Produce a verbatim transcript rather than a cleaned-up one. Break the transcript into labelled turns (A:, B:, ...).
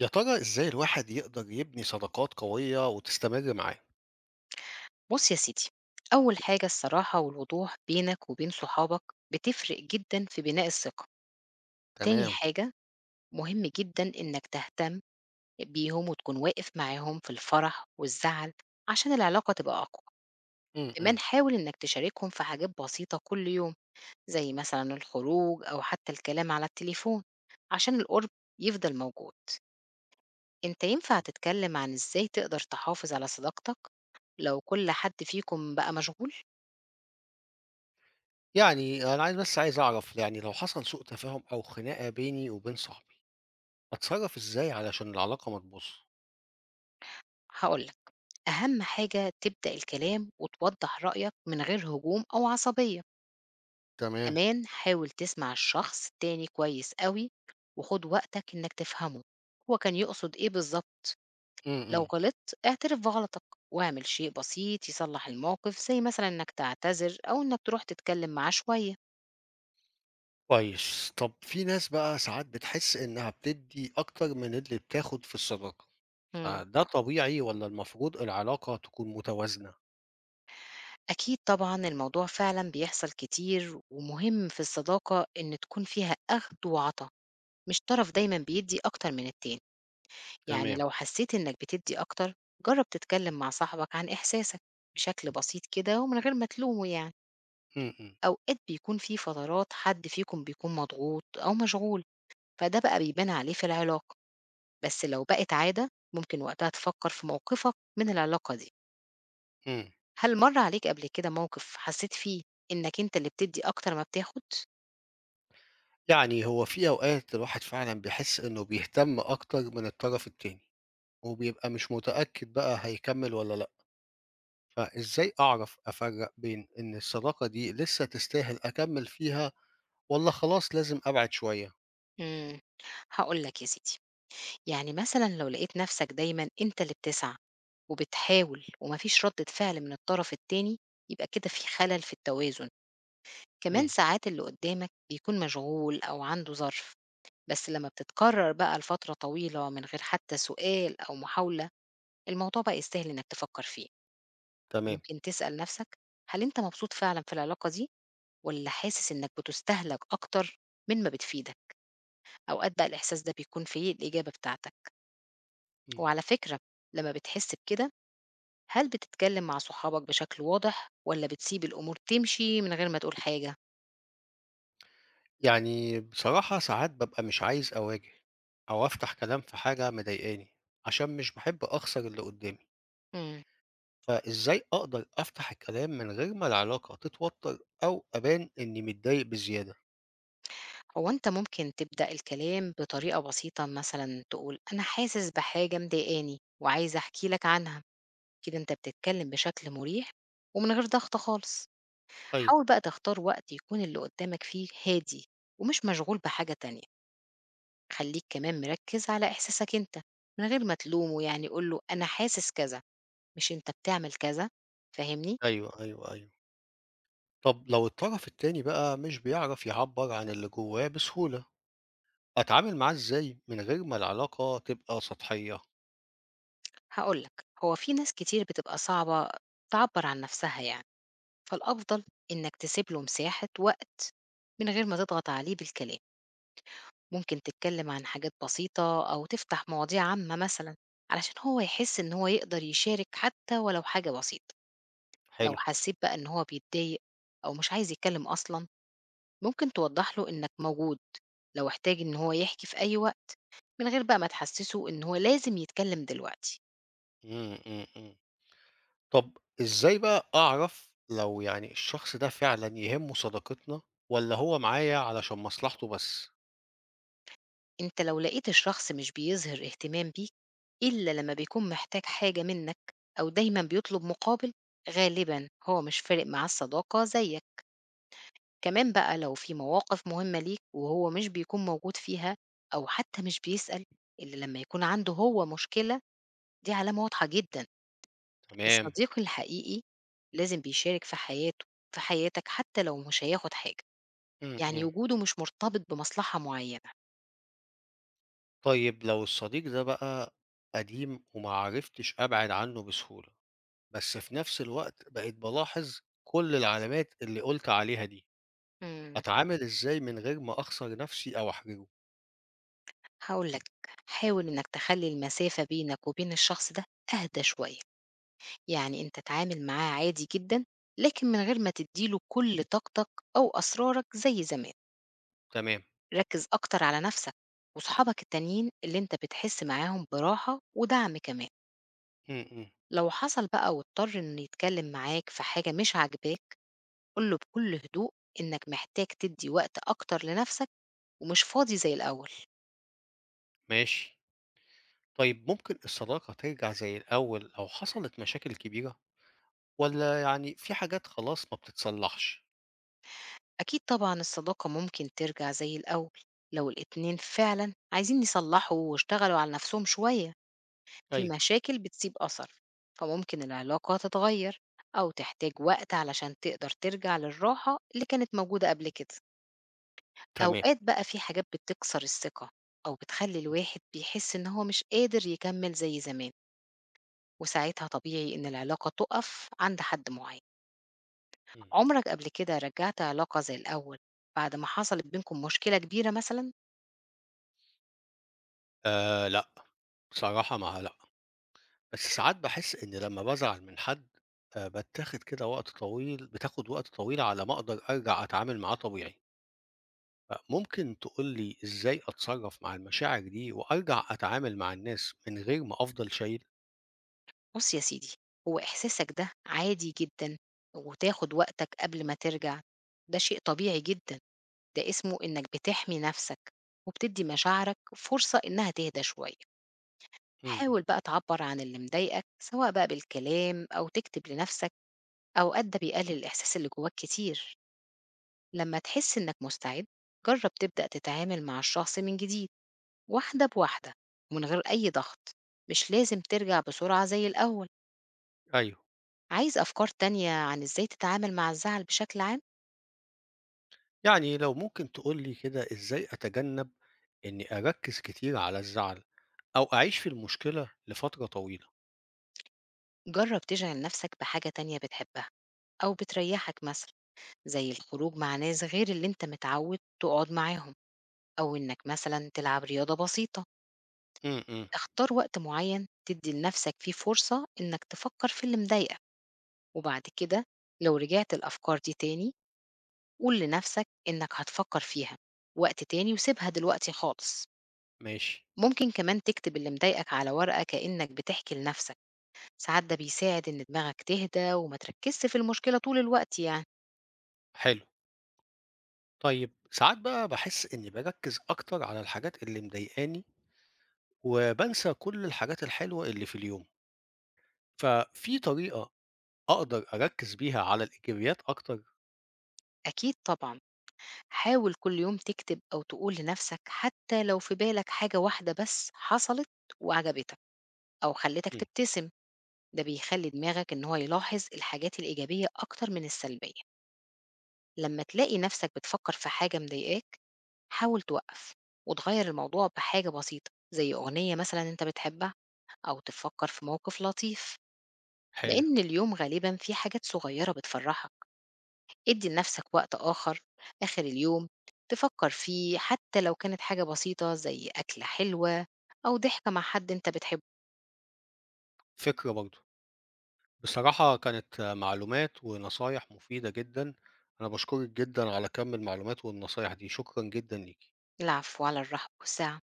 A: يا ترى إزاي الواحد يقدر يبني صداقات قوية وتستمر معاه؟
B: بُص يا سيدي، أول حاجة الصراحة والوضوح بينك وبين صحابك بتفرق جدًا في بناء الثقة، تاني
A: تمام،
B: حاجة مهم جدًا إنك تهتم بيهم وتكون واقف معاهم في الفرح والزعل عشان العلاقة تبقى أقوى،
A: إمم،
B: كمان
A: إمم.
B: حاول إنك تشاركهم في حاجات بسيطة كل يوم، زي مثلًا الخروج أو حتى الكلام على التليفون عشان القرب يفضل موجود. أنت ينفع تتكلم عن إزاي تقدر تحافظ على صداقتك لو كل حد فيكم بقى مشغول؟
A: يعني أنا عايز بس عايز أعرف يعني لو حصل سوء تفاهم أو خناقة بيني وبين صاحبي، أتصرّف إزاي علشان العلاقة ما تبوظش؟
B: هاقول لك. أهم حاجة تبدأ الكلام وتوضح رأيك من غير هجوم أو عصبية،
A: تمام،
B: كمان حاول تسمع الشخص التاني كويس قوي وخد وقتك إنك تفهمه هو كان يقصد إيه بالظبط.
A: إمم،
B: لو
A: إمم.
B: غلطت اعترف بغلطك واعمل شيء بسيط يصلح الموقف زي مثلا إنك تعتذر أو إنك تروح تتكلم معاه شوية.
A: كويس. طب في ناس بقى ساعات بتحس إنها بتدّي أكتر من اللي بتاخد في الصداقة،
B: مم.
A: فده طبيعي والّا المفروض العلاقة تكون متوازنة؟
B: أكيد طبعا الموضوع فعلا بيحصل كتير ومهم في الصداقة إن تكون فيها أخد وعطا، مش طرف دايما بيدي أكتر من التاني. يعني
A: تمام،
B: لو حسيت إنك بتدي أكتر جرب تتكلم مع صاحبك عن إحساسك بشكل بسيط كده ومن غير ما تلومه. يعني
A: إمم، إمم،
B: أوقات بيكون في فترات حد فيكم بيكون مضغوط أو مشغول، فده بقى بيبان عليه في العلاقة، بس لو بقت عادة ممكن وقتها تفكر في موقفك من العلاقة دي.
A: إمم.
B: هل مر عليك قبل كده موقف حسيت فيه إنك أنت اللي بتدي أكتر ما بتاخد؟
A: يعني هو في أوقات الواحد فعلًا بيحس إنه بيهتم أكتر من الطرف التاني. وبيبقى مش متأكد بقى هيكمّل والّا لأ، فإزاي أعرف أفرّق بين إن الصداقة دي لسه تستاهل أكمّل فيها والّا خلاص لازم أبعد شوية؟
B: مم. هقول لك يا سيدي، يعني مثلًا لو لقيت نفسك دايمًا أنت اللي بتسعى، وبتحاول وما فيش ردة فعل من الطرف التاني، يبقى كده في خلل في التوازن، كمان
A: إمم،
B: ساعات اللي قدامك بيكون مشغول أو عنده ظرف، بس لما بتتكرر بقى لفترة طويلة من غير حتى سؤال أو محاولة، الموضوع بقى يستاهل إنك تفكر فيه،
A: تمام،
B: ممكن تسأل نفسك هل أنت مبسوط فعلًا في العلاقة دي، والّا حاسس إنك بتستهلك أكتر من ما بتفيدك؟ أوقات بقى الإحساس ده بيكون فيه الإجابة بتاعتك،
A: إمم،
B: وعلى فكرة لما بتحس بكده هل بتتكلم مع صحابك بشكل واضح والّا بتسيب الأمور تمشي من غير ما تقول حاجة؟
A: يعني بصراحة ساعات بابقى مش عايز أواجه أو أفتح كلام في حاجة مضايقاني، عشان مش باحب أخسر اللي قدّامي،
B: إمم.
A: فإزاي أقدر أفتح الكلام من غير ما العلاقة تتوتر أو أبان إني متضايق بزيادة؟
B: هو أنت ممكن تبدأ الكلام بطريقة بسيطة مثلًا تقول أنا حاسس بحاجة مضايقاني وعايز أحكي لك عنها، كده أنت بتتكلم بشكل مريح ومن غير ضغط خالص.
A: أيوه،
B: حاول بقى تختار وقت يكون اللي قدامك فيه هادي ومش مشغول بحاجة تانية. خلّيك كمان مركّز على إحساسك أنت من غير ما تلومه، يعني قُل له أنا حاسس كذا، مش أنت بتعمل كذا، فاهمني؟
A: أيوه، أيوه، أيوه. طب لو الطرف التاني بقى مش بيعرف يعبّر عن اللي جواه بسهولة، أتعامل معاه إزاي من غير ما العلاقة تبقى سطحية؟
B: هاقول لك، هو في ناس كتير بتبقى صعبة تعبّر عن نَفْسها يعني، فالأفضل إنّك تسيب له مساحة وقت من غير ما تضغط عليه بالكلام، ممكن تتكلّم عن حاجات بسيطة أو تفتح مواضيع عامة مثلًا علشان هو يحس إن هو يقدر يشارك حتى ولو حاجة بسيطة، لو
A: حلو،
B: حسّيت بقى إن هو بيتضايق أو مش عايز يتكلّم أصلًا، ممكن توضّح له إنّك موجود، لو احتاج إن هو يحكي في أي وقت من غير بقى ما تحسّسه إن هو لازم يتكلّم دلوقتي.
A: إمم، إمم، إمم. طب إزاي بقى أعرف لو يعني الشخص ده فعلًا يهمه صداقتنا والّا هو معايا علشان مصلحته بس؟
B: أنت لو لقيت الشخص مش بيظهر اهتمام بيك إلا لما بيكون محتاج حاجة منك أو دايما بيطلب مقابل، غالبا هو مش فارق معاه الصداقة زيك. كمان بقى لو في مواقف مهمة ليك وهو مش بيكون موجود فيها أو حتى مش بيسأل إلا لما يكون عنده هو مشكلة، دي علامة واضحة جدا.
A: تمام،
B: الصديق الحقيقي لازم بيشارك في حياته في حياتك حتى لو مش هياخد حاجة،
A: إمم،
B: يعني
A: إمم.
B: وجوده مش مرتبط بمصلحة معينة.
A: طيب لو الصديق ده بقى قديم وما عرفتش أبعد عنه بسهولة، بس في نفس الوقت بقيت بالاحظ كل العلامات اللي قُلت عليها دي.
B: مم.
A: أتعامل إزاي من غير ما أخسر نفسي أو أحرجه؟
B: هاقول لك، حاول إنك تخلّي المسافة بينك وبين الشخص ده أهدى شوية، يعني أنت اتعامل معاه عادي جدًا، لكن من غير ما تدّي له كل طاقتك أو أسرارك زي زمان،
A: تمام،
B: ركّز أكتر على نَفْسك وصحابك التانيين اللي أنت بتحس معاهم براحة ودعم كمان،
A: إمم، إمم،
B: لو حصل بقى واضطر إنه يتكلّم معاك في حاجة مش عاجباك، قُل له بكل هدوء إنك محتاج تدّي وقت أكتر لنَفْسك ومش فاضي زي الأول.
A: ماشي. طيب ممكن الصداقة ترجع زي الأول لو حصلت مشاكل كبيرة، والّا يعني في حاجات خلاص ما بتتصلحش؟
B: أكيد طبعًا الصداقة ممكن ترجع زي الأول، لو الاتنين فعلًا عايزين يصلّحوا واشتغلوا على نفسهم شوية، في
A: أيوه.
B: مشاكل بتسيب أثر، فممكن العلاقة تتغيّر أو تحتاج وقت علشان تقدر ترجع للراحة اللي كانت موجودة قبل كده.
A: تمام،
B: أوقات بقى في حاجات بتكسر الثقة أو بتخلّي الواحد بيحس إن هو مش قادر يكمّل زي زمان، وساعتها طبيعي إن العلاقة تُقَف عند حد معيّن.
A: إمم، إمم.
B: عمرك قبل كده رجّعت علاقة زي الأول بعد ما حصلت بينكم مشكلة كبيرة مثلًا؟
A: آآ لأ، بصراحة مع لأ، بس ساعات باحس إن لمّا بازعل من حد آآ باتاخد كده وقت طويل بتاخد وقت طويل على ما أقدر أرجع أتعامل معاه طبيعي. أ ممكن تقول لي إزاي أتصرّف مع المشاعر دي وأرجع أتعامل مع الناس من غير ما أفضل شايل.
B: بُص يا سيدي، هو إحساسك ده عادي جدًا وتاخد وقتك قبل ما ترجع، ده شيء طبيعي جدًا، ده اسمه إنّك بتحمي نَفْسك وبتدّي مشاعرك فرصة إنّها تهدى شوية.
A: إمم، إمم،
B: حاول بقى تعبّر عن اللي مضايقك سواء بقى بالكلام أو تكتب لنَفْسك، أوقات ده بيقلل الإحساس اللي جواك كتير. لمّا تحس إنّك مستعد، جرّب تبدأ تتعامل مع الشخص من جديد واحدة بواحدة ومن غير أي ضغط، مش لازم ترجع بسرعة زي الأول.
A: أيوه.
B: عايز أفكار تانية عن إزاي تتعامل مع الزعل بشكل عام؟
A: يعني لو ممكن تقول لي كده إزاي أتجنّب إنّي أركّز كتير على الزعل أو أعيش في المشكلة لفترة طويلة؟
B: جرب تشغل نفسك بحاجة تانية بتحبها أو بتريحك مثلا زي الخروج مع ناس غير اللي أنت متعود تقعد معاهم أو إنك مثلا تلعب رياضة بسيطة.
A: إمم، إمم،
B: اختار وقت معين تدي لنفسك فيه فرصة إنك تفكر في اللي مضايقك، وبعد كده لو رجعت الأفكار دي تاني قول لنفسك إنك هتفكر فيها وقت تاني وسيبها دلوقتي خالص.
A: ماشي،
B: ممكن كمان تكتب اللي مضايقك على ورقة كأنك بتحكي لنفسك، ساعات ده بيساعد إن دماغك تهدى وما تركزش في المشكلة طول الوقت يعني.
A: حلو. طيب ساعات بقى باحس إنّي باركّز أكتر على الحاجات اللي مضايقاني وبانسى كل الحاجات الحلوة اللي في اليوم، ففي طريقة أقدر أركّز بيها على الإيجابيات أكتر؟
B: أكيد طبعا حاول كل يوم تكتب أو تقول لنفسك حتى لو في بالك حاجة واحدة بس حصلت وعجبتك أو خلتك
A: إمم،
B: تبتسم، ده بيخلي دماغك إن هو يلاحظ الحاجات الإيجابية أكتر من السلبية. لما تلاقي نفسك بتفكر في حاجة مضايقاك حاول توقف وتغير الموضوع بحاجة بسيطة زي أغنية مثلا أنت بتحبها أو تفكر في موقف لطيف.
A: حلو.
B: لأن اليوم غالبا فيه حاجات صغيرة بتفرحك ادّي لنفسك وقت آخر، آخر اليوم تفكّر فيه، حتى لو كانت حاجة بسيطة زي أكلة حلوة أو ضحكة مع حد أنت بتحبه.
A: فكرة برضه. بصراحة كانت معلومات ونصايح مفيدة جدًا، أنا باشكرِك جدًا على كم المعلومات والنصايح دي، شكرًا جدًا ليكِ.
B: العفو، على الرحب والسعة.